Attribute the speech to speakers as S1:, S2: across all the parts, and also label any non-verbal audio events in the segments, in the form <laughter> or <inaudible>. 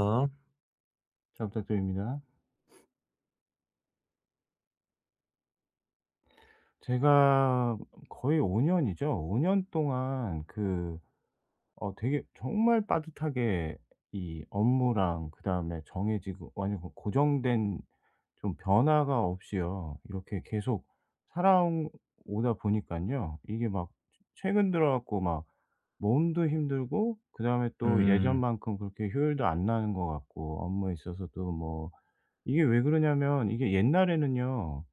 S1: 아,
S2: 잘 부탁드립니다. 제가 거의 5 년이죠. 5년 동안 되게 정말 빠듯하게 이 업무랑, 그다음에 정해지고 완전 그 고정된, 좀 변화가 없이요. 이렇게 계속 살아오다 보니까요. 이게 막 최 최근 들어 갖고 막 몸도 힘들고, 그다음에 또
S1: 음.
S2: 예전만큼 그렇게 효율도 안 나는 것 같고, 업무에 있어서도 뭐. 이게 왜 그러냐면 이게 옛날에는요.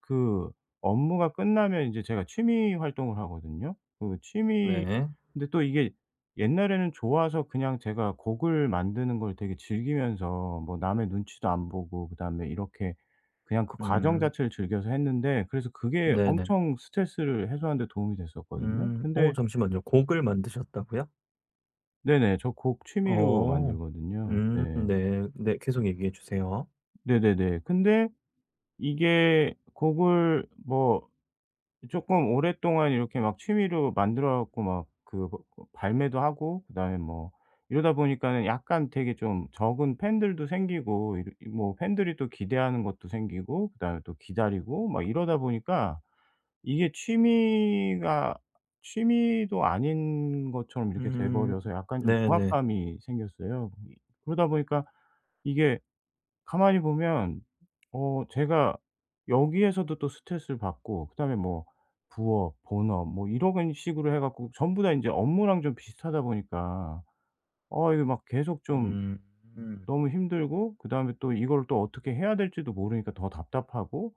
S2: 그 업무가 끝나면 이제 제가 취미 활동을 하거든요. 그 취미
S1: 네.
S2: 근데 또 이게 옛날에는 좋아서 그냥 제가 곡을 만드는 걸 되게 즐기면서, 뭐 남의 눈치도 안 보고 그다음에 이렇게 그냥 그 과정
S1: 음.
S2: 자체를 즐겨서 했는데, 그래서 그게
S1: 네네.
S2: 엄청 스트레스를 해소하는 데 도움이 됐었거든요.
S1: 음.
S2: 근데.
S1: 잠시만요. 곡을 만드셨다고요?
S2: 네네. 저 곡 취미로
S1: 어.
S2: 만들거든요. 네.
S1: 네. 네. 계속 얘기해 주세요.
S2: 네네네. 근데 이게 곡을 뭐 조금 오랫동안 이렇게 막 취미로 만들어 갖고 막 그 발매도 하고 그다음에 뭐 이러다 보니까는, 약간 되게 좀 적은 팬들도 생기고 이르 이 뭐 팬들이 또 기대하는 것도 생기고 그다음에 또 기다리고 막 이러다 보니까, 이게 취미가 취미도 아닌 것처럼 이렇게 돼
S1: 음.
S2: 버려서 약간 좀
S1: 네네.
S2: 중압감이 생겼어요. 이 그러다 보니까 이게 가만히 보면 제가 여기에서도 또 스트레스를 받고, 그다음에 뭐 부업, 본업 뭐 이런 식으로 해 갖고 전부 다 인제 업무랑 좀 비슷하다 보니까 이게 막 계속 좀
S1: 음. 음.
S2: 너무 힘들고, 그다음에 또 이걸 또 어떻게 해야 될지도 모르니까 더 답답하고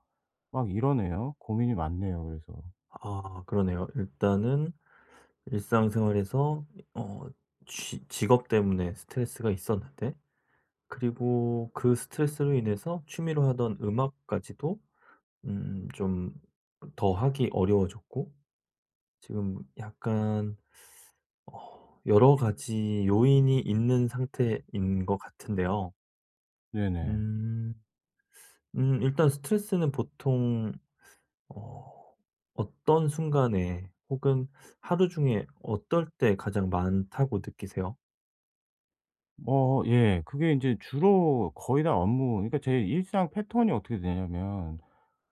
S2: 막 이러네요. 고민이 많네요 그래서.
S1: 아, 그러네요. 일단은 일상생활에서 어 쥐 직업 때문에 스트레스가 있었는데, 그리고 그 스트레스로 인해서 취미로 하던 음악까지도 좀 더 하기 어려워졌고, 지금 약간 여러 가지 요인이 있는 상태인 것 같은데요.
S2: 네네.
S1: 음. 일단 스트레스는 보통 어 어떤 순간에, 혹은 하루 중에 어떨 때 가장 많다고 느끼세요?
S2: 예. 그게 인제 주로 거의 다 업무, 그러니까 제 일상 패턴이 어떻게 되냐면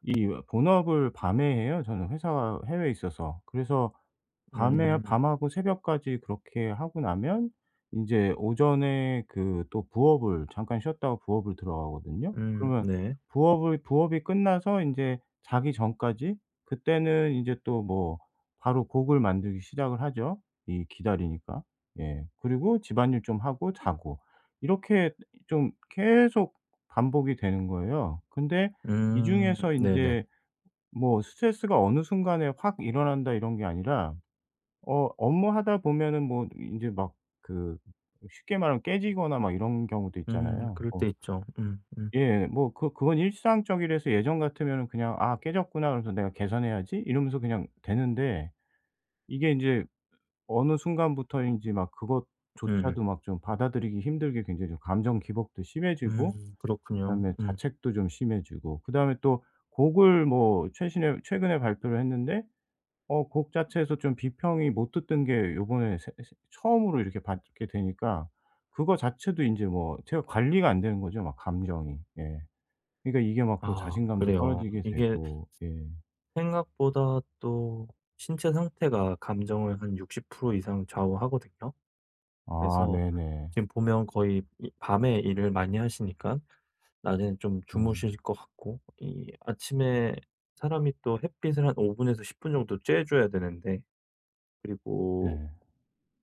S2: 이 본업을 밤에 해요. 저는 회사 해외에 있어서. 그래서 밤에
S1: 음.
S2: 밤하고 새벽까지 그렇게 하고 나면 인제 오전에 그 또 부업을 잠깐 쉬었다가 부업을 들어가거든요. 그러면
S1: 네.
S2: 부업을 부업이 끝나서 인제 자기 전까지, 그때는 인제 또 뭐 바로 곡을 만들기 시작을 하죠, 이 기다리니까. 예. 그리고 집안일 좀 하고 자고, 이렇게 좀 계속 반복이 되는 거예요. 근데 이 중에서
S1: 네네.
S2: 인제 뭐 스트레스가 어느 순간에 확 일어난다 이런 게 아니라, 업무하다 보면은 뭐 이제 막 그 쉽게 말하면 깨지거나 막 이런 경우도 있잖아요.
S1: 그럴 때
S2: 뭐.
S1: 있죠.
S2: 예. 뭐 그건 일상적이라서 예전 같으면은 그냥 '아 깨졌구나. 그래서 내가 개선해야지.' 이러면서 그냥 되는데, 이게 인제 어느 순간부터인지 막
S1: 음.
S2: 그것조차도 막 좀 받아들이기 힘들게, 굉장히 좀 감정 기복도 심해지고,
S1: 그렇군요.
S2: 그다음에
S1: 음.
S2: 자책도 좀 심해지고, 그다음에 또 곡을 뭐 최신에 최근에 발표를 했는데, 곡 자체에서 좀 비평이 못 듣던 게 요번에 새 새 처음으로 이렇게 받게 되니까 그거 자체도 인제 뭐 제가 관리가 안 되는 거죠 막 감정이. 예. 그러니까 이게 막 또
S1: 아,
S2: 자신감도
S1: 그래요.
S2: 떨어지게
S1: 이게
S2: 되고, 예.
S1: 생각보다 또 신체 상태가 감정을 한 60% 이상 좌우하거든요.
S2: 아,
S1: 그래서
S2: 네네.
S1: 지금 보면 거의 이 밤에 일을 많이 하시니까 낮에는 좀
S2: 네.
S1: 주무실 것 같고, 이 아침에 사람이 또 햇빛을 한 5 분에서 10분 정도 쬐 줘야 되는데, 그리고
S2: 네.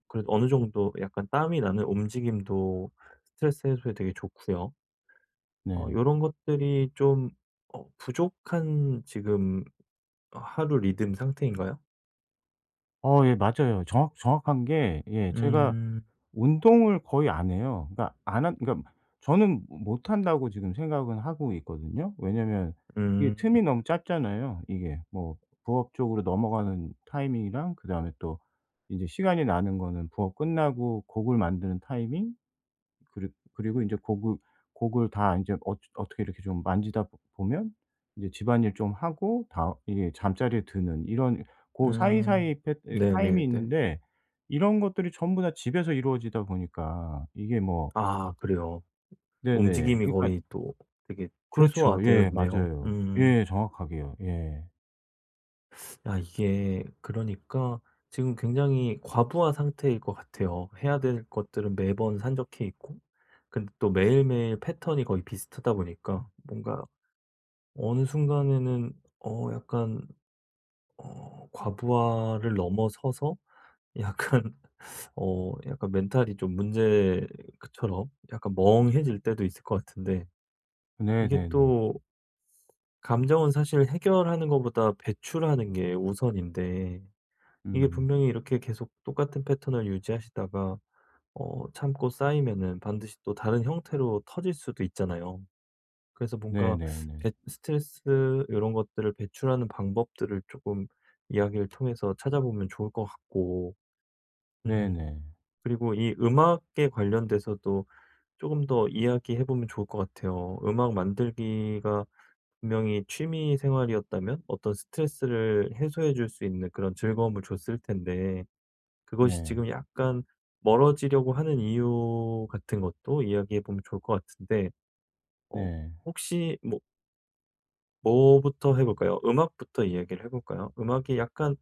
S1: 그래도 어느 정도 약간 땀이 나는 움직임도 스트레스 해소에 되게 좋고요. 어
S2: 네.
S1: 런 것들이 좀 부족한 지금 하루 리듬 상태인가요?
S2: 예, 맞아요. 정확한 게, 예, 제가
S1: 음.
S2: 운동을 거의 안 해요. 그러니까 안 한, 그러니까 저는 못 한다고 지금 생각은 하고 있거든요. 왜냐면 이게
S1: 음.
S2: 틈이 너무 짧잖아요. 이게 뭐 부업 쪽으로 넘어가는 타이밍이랑, 그다음에 또 인제 시간이 나는 거는 부업 끝나고 곡을 만드는 타이밍, 그리고 이제 곡을 다 이제 어떻게 이렇게 좀 만지다 보 보면 이제 집안일 좀 하고, 다 이게 잠자리에 드는 이런 그
S1: 음.
S2: 사이사이 패 타임이
S1: 네네네.
S2: 있는데, 이런 것들이 전부 다 집에서 이루어지다 보니까 이게 뭐.
S1: 아, 그래요.
S2: 네네.
S1: 움직임이
S2: 그러니까.
S1: 거의 또 되게
S2: 그렇죠.
S1: 최소화되어
S2: 예.
S1: 있네요.
S2: 맞아요.
S1: 음.
S2: 예. 정확하게요. 예.
S1: 야, 이게 그러니까 지금 굉장히 과부하 상태일 것 같아요. 해야 될 것들은 매번 산적해 있고, 근데 또 매일매일 패턴이 거의 비슷하다 보니까 뭔가 어느 순간에는 약간 과부하를 넘어서서, 약간 멘탈이 좀 문제처럼 약간 멍해질 때도 있을 것 같은데, 이게
S2: 네네네.
S1: 또 감정은 사실 해결하는 것보다 배출하는 게 우선인데, 이게
S2: 음.
S1: 분명히 이렇게 계속 똑같은 패턴을 유지하시다가 참고 쌓이면은 반드시 또 다른 형태로 터질 수도 있잖아요. 그래서 뭔가
S2: 네네네.
S1: 배 스트레스 이런 것들을 배출하는 방법들을 조금 이야기를 통해서 찾아보면 좋을 것 같고, 음
S2: 네네.
S1: 그리고 이 음악에 관련돼서도 조금 더 이야기해 보면 좋을 것 같아요. 음악 만들기가 분명히 취미 생활이었다면 어떤 스트레스를 해소해 줄 수 있는 그런 즐거움을 줬을 텐데, 그것이
S2: 네.
S1: 지금 약간 멀어지려고 하는 이유 같은 것도 이야기해 보면 좋을 것 같은데, 어
S2: 네.
S1: 혹시 뭐 뭐부터 해 볼까요? 음악부터 이야기를 해 볼까요? 음악이 약간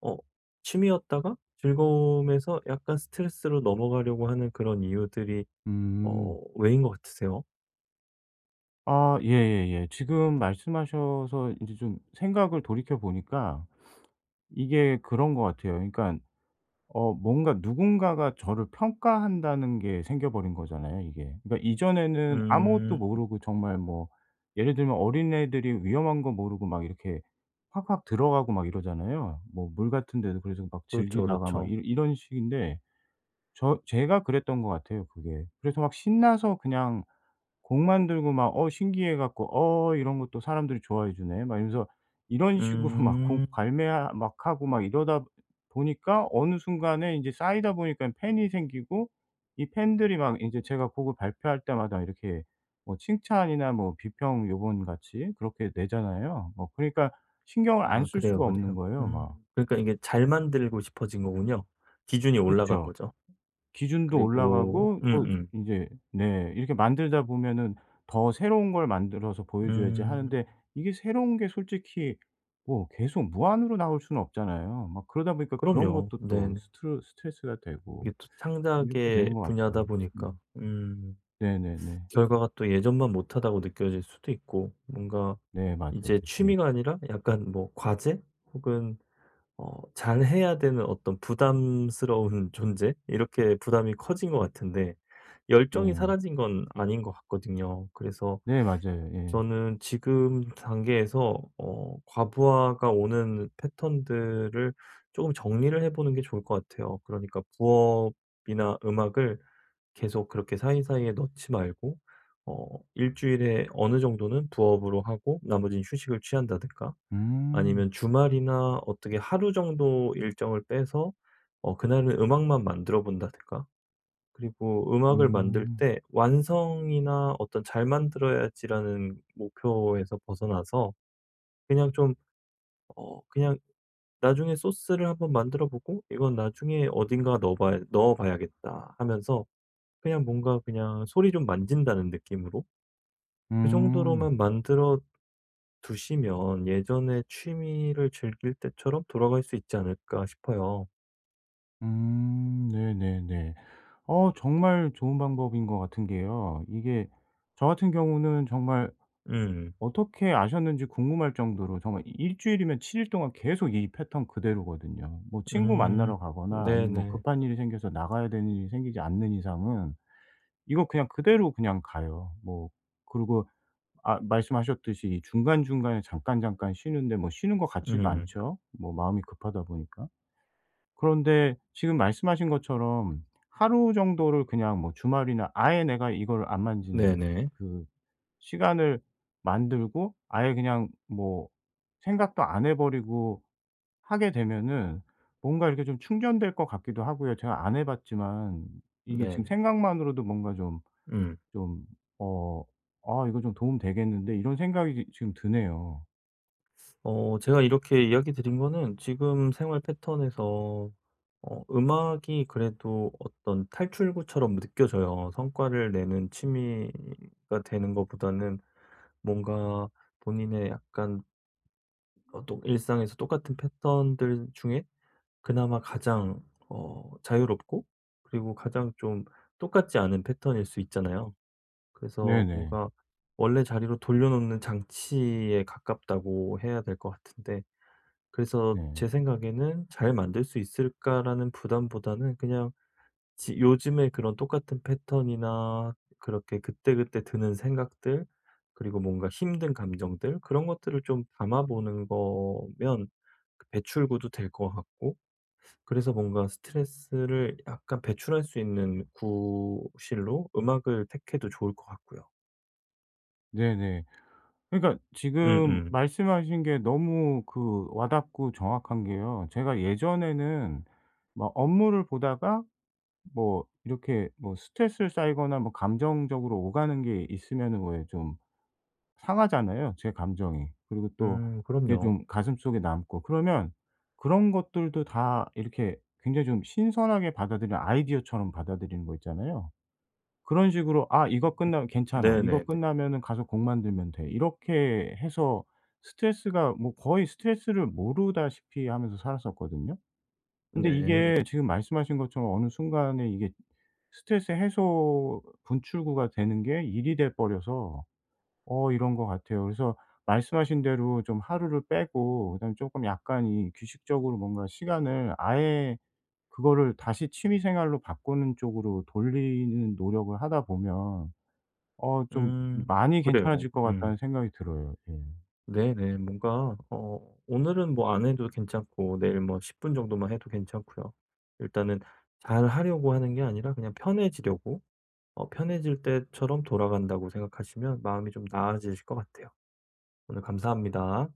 S1: 어 취미였다가 즐거움에서 약간 스트레스로 넘어가려고 하는 그런 이유들이
S2: 음.
S1: 왜인 것 같으세요?
S2: 아, 예예예. 지금 말씀하셔서 이제 좀 생각을 돌이켜 보니까 이게 그런 것 같아요. 그러니까 뭔가 누군가가 저를 평가한다는 게 생겨 버린 거잖아요 이게. 그러니까 이전에는 아무것도
S1: 음.
S2: 모르고 정말, 뭐 예를 들면 어린애들이 위험한 거 모르고 막 이렇게 확확 들어가고 막 이러잖아요. 뭐 물 같은 데도, 그래서 막
S1: 그렇죠,
S2: 즐기다가 막 이
S1: 그렇죠.
S2: 이런 식인데 제가 그랬던 것 같아요 그게. 그래서 막 신나서 그냥 곡만 들고 막 "어 신기해 갖고 어 이런 것도 사람들이 좋아해 주네." 막 이러면서 이런 <laughs> 식으로 막 곡
S1: 음.
S2: 발매하 막 하고 막 이러다 보니까 어느 순간에 인제 쌓이다 보니깐 팬이 생기고, 이 팬들이 막 인제 제가 곡을 발표할 때마다 이렇게 뭐 칭찬이나 뭐 비평 요번 같이 그렇게 내잖아요. 뭐 그러니까 신경을 안
S1: 아,
S2: 쓸
S1: 그래요,
S2: 수가 없는
S1: 그래요.
S2: 거예요 막.
S1: 음. 그러니까 이게 잘 만들고 싶어진 거군요. 기준이 올라간
S2: 그렇죠.
S1: 거죠.
S2: 기준도
S1: 그리고
S2: 올라가고, 또
S1: 음.
S2: 이제, 네, 이렇게 만들다 보면은 더 새로운 걸 만들어서 보여줘야지
S1: 음,
S2: 하는데, 이게 새로운 게 솔직히 뭐 계속 무한으로 나올 수는 없잖아요. 막 그러다 보니까 그런
S1: 그럼요.
S2: 것도 또
S1: 네네.
S2: 스트레스가 되고
S1: 이게 또
S2: 이렇게 되는
S1: 창작의
S2: 것 같아요.
S1: 분야다
S2: 음.
S1: 보니까
S2: 네네네.
S1: 결과가 또 예전만 못하다고 느껴질 수도 있고, 뭔가
S2: 네, 맞아요.
S1: 이제
S2: 네.
S1: 취미가 아니라 약간 뭐 과제, 혹은 잘해야 되는 어떤 부담스러운 <laughs> 존재? 이렇게 부담이 커진 것 같은데, 열정이
S2: 네.
S1: 사라진 건 아닌 것 같거든요. 그래서
S2: 네, 맞아요. 예.
S1: 저는 지금 단계에서 과부하가 오는 패턴들을 조금 정리를 해 보는 게 좋을 것 같아요. 그러니까 부업이나 음악을 계속 그렇게 사이사이에 넣지 말고, 어 주일에 어느 정도는 부업으로 하고 나머지는 휴식을 취한다든가,
S2: 음.
S1: 아니면 주말이나 어떻게 하루 정도 일정을 빼서 그날은 음악만 만들어 본다든가. 그리고 음악을 만들
S2: 음.
S1: 때 '완성이나 어떤 잘 만들어야지.'라는 목표에서 벗어나서 그냥 좀, 어 그냥 '나중에 소스를 한번 만들어 보고 이건 나중에 어딘가 넣어 봐야겠다.' 하면서 그냥 뭔가 그냥 소리 좀 만진다는 느낌으로 그
S2: 음.
S1: 정도로만 만들어 두시면 예전에 취미를 즐길 때처럼 돌아갈 수 있지 않을까 싶어요.
S2: 음. 네네네. 정말 좋은 방법인 것 같은 게요. 이게 저 같은 경우는 정말
S1: 음.
S2: 어떻게 아셨는지 궁금할 정도로, 정말 일 주일이면 7일 동안 계속 이 패턴 그대로거든요. 뭐 친구
S1: 음.
S2: 만나러 가거나 아니면 뭐
S1: 네네.
S2: 급한 일이 생겨서 나가야 되는 일이 생기지 않는 이상은 이거 그냥 그대로 그냥 가요. 뭐. 그리고, 아, 말씀하셨듯이 이 중간중간에 잠깐 잠깐 쉬는데, 뭐 쉬는 것 같지도
S1: 음.
S2: 않죠, 뭐 마음이 급하다 보니까. 그런데 지금 말씀하신 것처럼 하루 정도를 그냥 뭐 주말이나 아예 내가 이걸 안 만지는
S1: 네네.
S2: 그 시간을 만들고 아예 그냥 뭐 생각도 안 해 버리고 하게 되면은 뭔가 이렇게 좀 충전될 것 같기도 하고요. 제가 안 해 봤지만 이게 지금
S1: 네네.
S2: 생각만으로도 뭔가 좀
S1: 음.
S2: 좀 어 '아 이거 좀 도움 되겠는데.' 이런 생각이 지 지금 드네요.
S1: 제가 이렇게 이야기 드린 거는 지금 생활 패턴에서 음악이 그래도 어떤 탈출구처럼 느껴져요. 성과를 내는 취미가 되는 것보다는 뭔가 본인의 약간 또 일상에서 똑같은 패턴들 중에 그나마 가장 자유롭고, 그리고 가장 좀 똑같지 않은 패턴일 수 있잖아요. 그래서
S2: 네네.
S1: 뭔가 원래 자리로 돌려놓는 장치에 가깝다고 해야 될 것 같은데, 그래서
S2: 네.
S1: 제 생각에는 '잘 만들 수 있을까?'라는 부담보다는 그냥 지 요즘에 그런 똑같은 패턴이나 그렇게 그때그때 드는 생각들, 그리고 뭔가 힘든 감정들, 그런 것들을 좀 담아 보는 거면 그 배출구도 될 것 같고, 그래서 뭔가 스트레스를 약간 배출할 수 있는 구실로 음악을 택해도 좋을 것 같고요.
S2: 네네. 그러니까
S1: 음음.
S2: 지금 말씀하신 게 너무 그 와닿고 정확한 게요. 제가 예전에는 막 업무를 보다가 뭐 이렇게 뭐 스트레스를 쌓이거나 뭐 감정적으로 오가는 게 있으면은 왜 좀 상하잖아요, 제 감정이. 그리고 또 그게
S1: 그럼요.
S2: 좀 가슴속에 남고. 그러면 그런 것들도 다 이렇게 굉장히 좀 신선하게 받아들이는 아이디어처럼 받아들이는 거 있잖아요. 그런 식으로 '아 이거 끝나면 괜찮아. 이거
S1: 네네네.
S2: 끝나면은 가서 곡 만들면 돼.' 이렇게 해서 스트레스가 뭐 거의 스트레스를 모르다시피 하면서 살았었거든요. 근데
S1: 네.
S2: 이게 지금 말씀하신 것처럼 어느 순간에 이게 스트레스 해소 분출구가 되는 게 일이 돼 버려서 이런 것 같아요. 그래서 말씀하신 대로 좀 하루를 빼고, 그다음에 쪼끔 약간 이 규칙적으로 뭔가 시간을 아예 그거를 다시 취미 생활로 바꾸는 쪽으로 돌리는 노력을 하다 보면 좀
S1: 음
S2: 많이
S1: 그래요.
S2: 괜찮아질 것 같다는
S1: 음.
S2: 생각이 들어요. 예.
S1: 네네. 뭔가 오늘은 뭐 안 해도 괜찮고 내일 뭐 10분 정도만 해도 괜찮고요. 일단은 잘하려고 하는 게 아니라 그냥 편해지려고, 편해질 때처럼 돌아간다고 생각하시면 마음이 좀 나아지실 것 같아요. 오늘 감사합니다.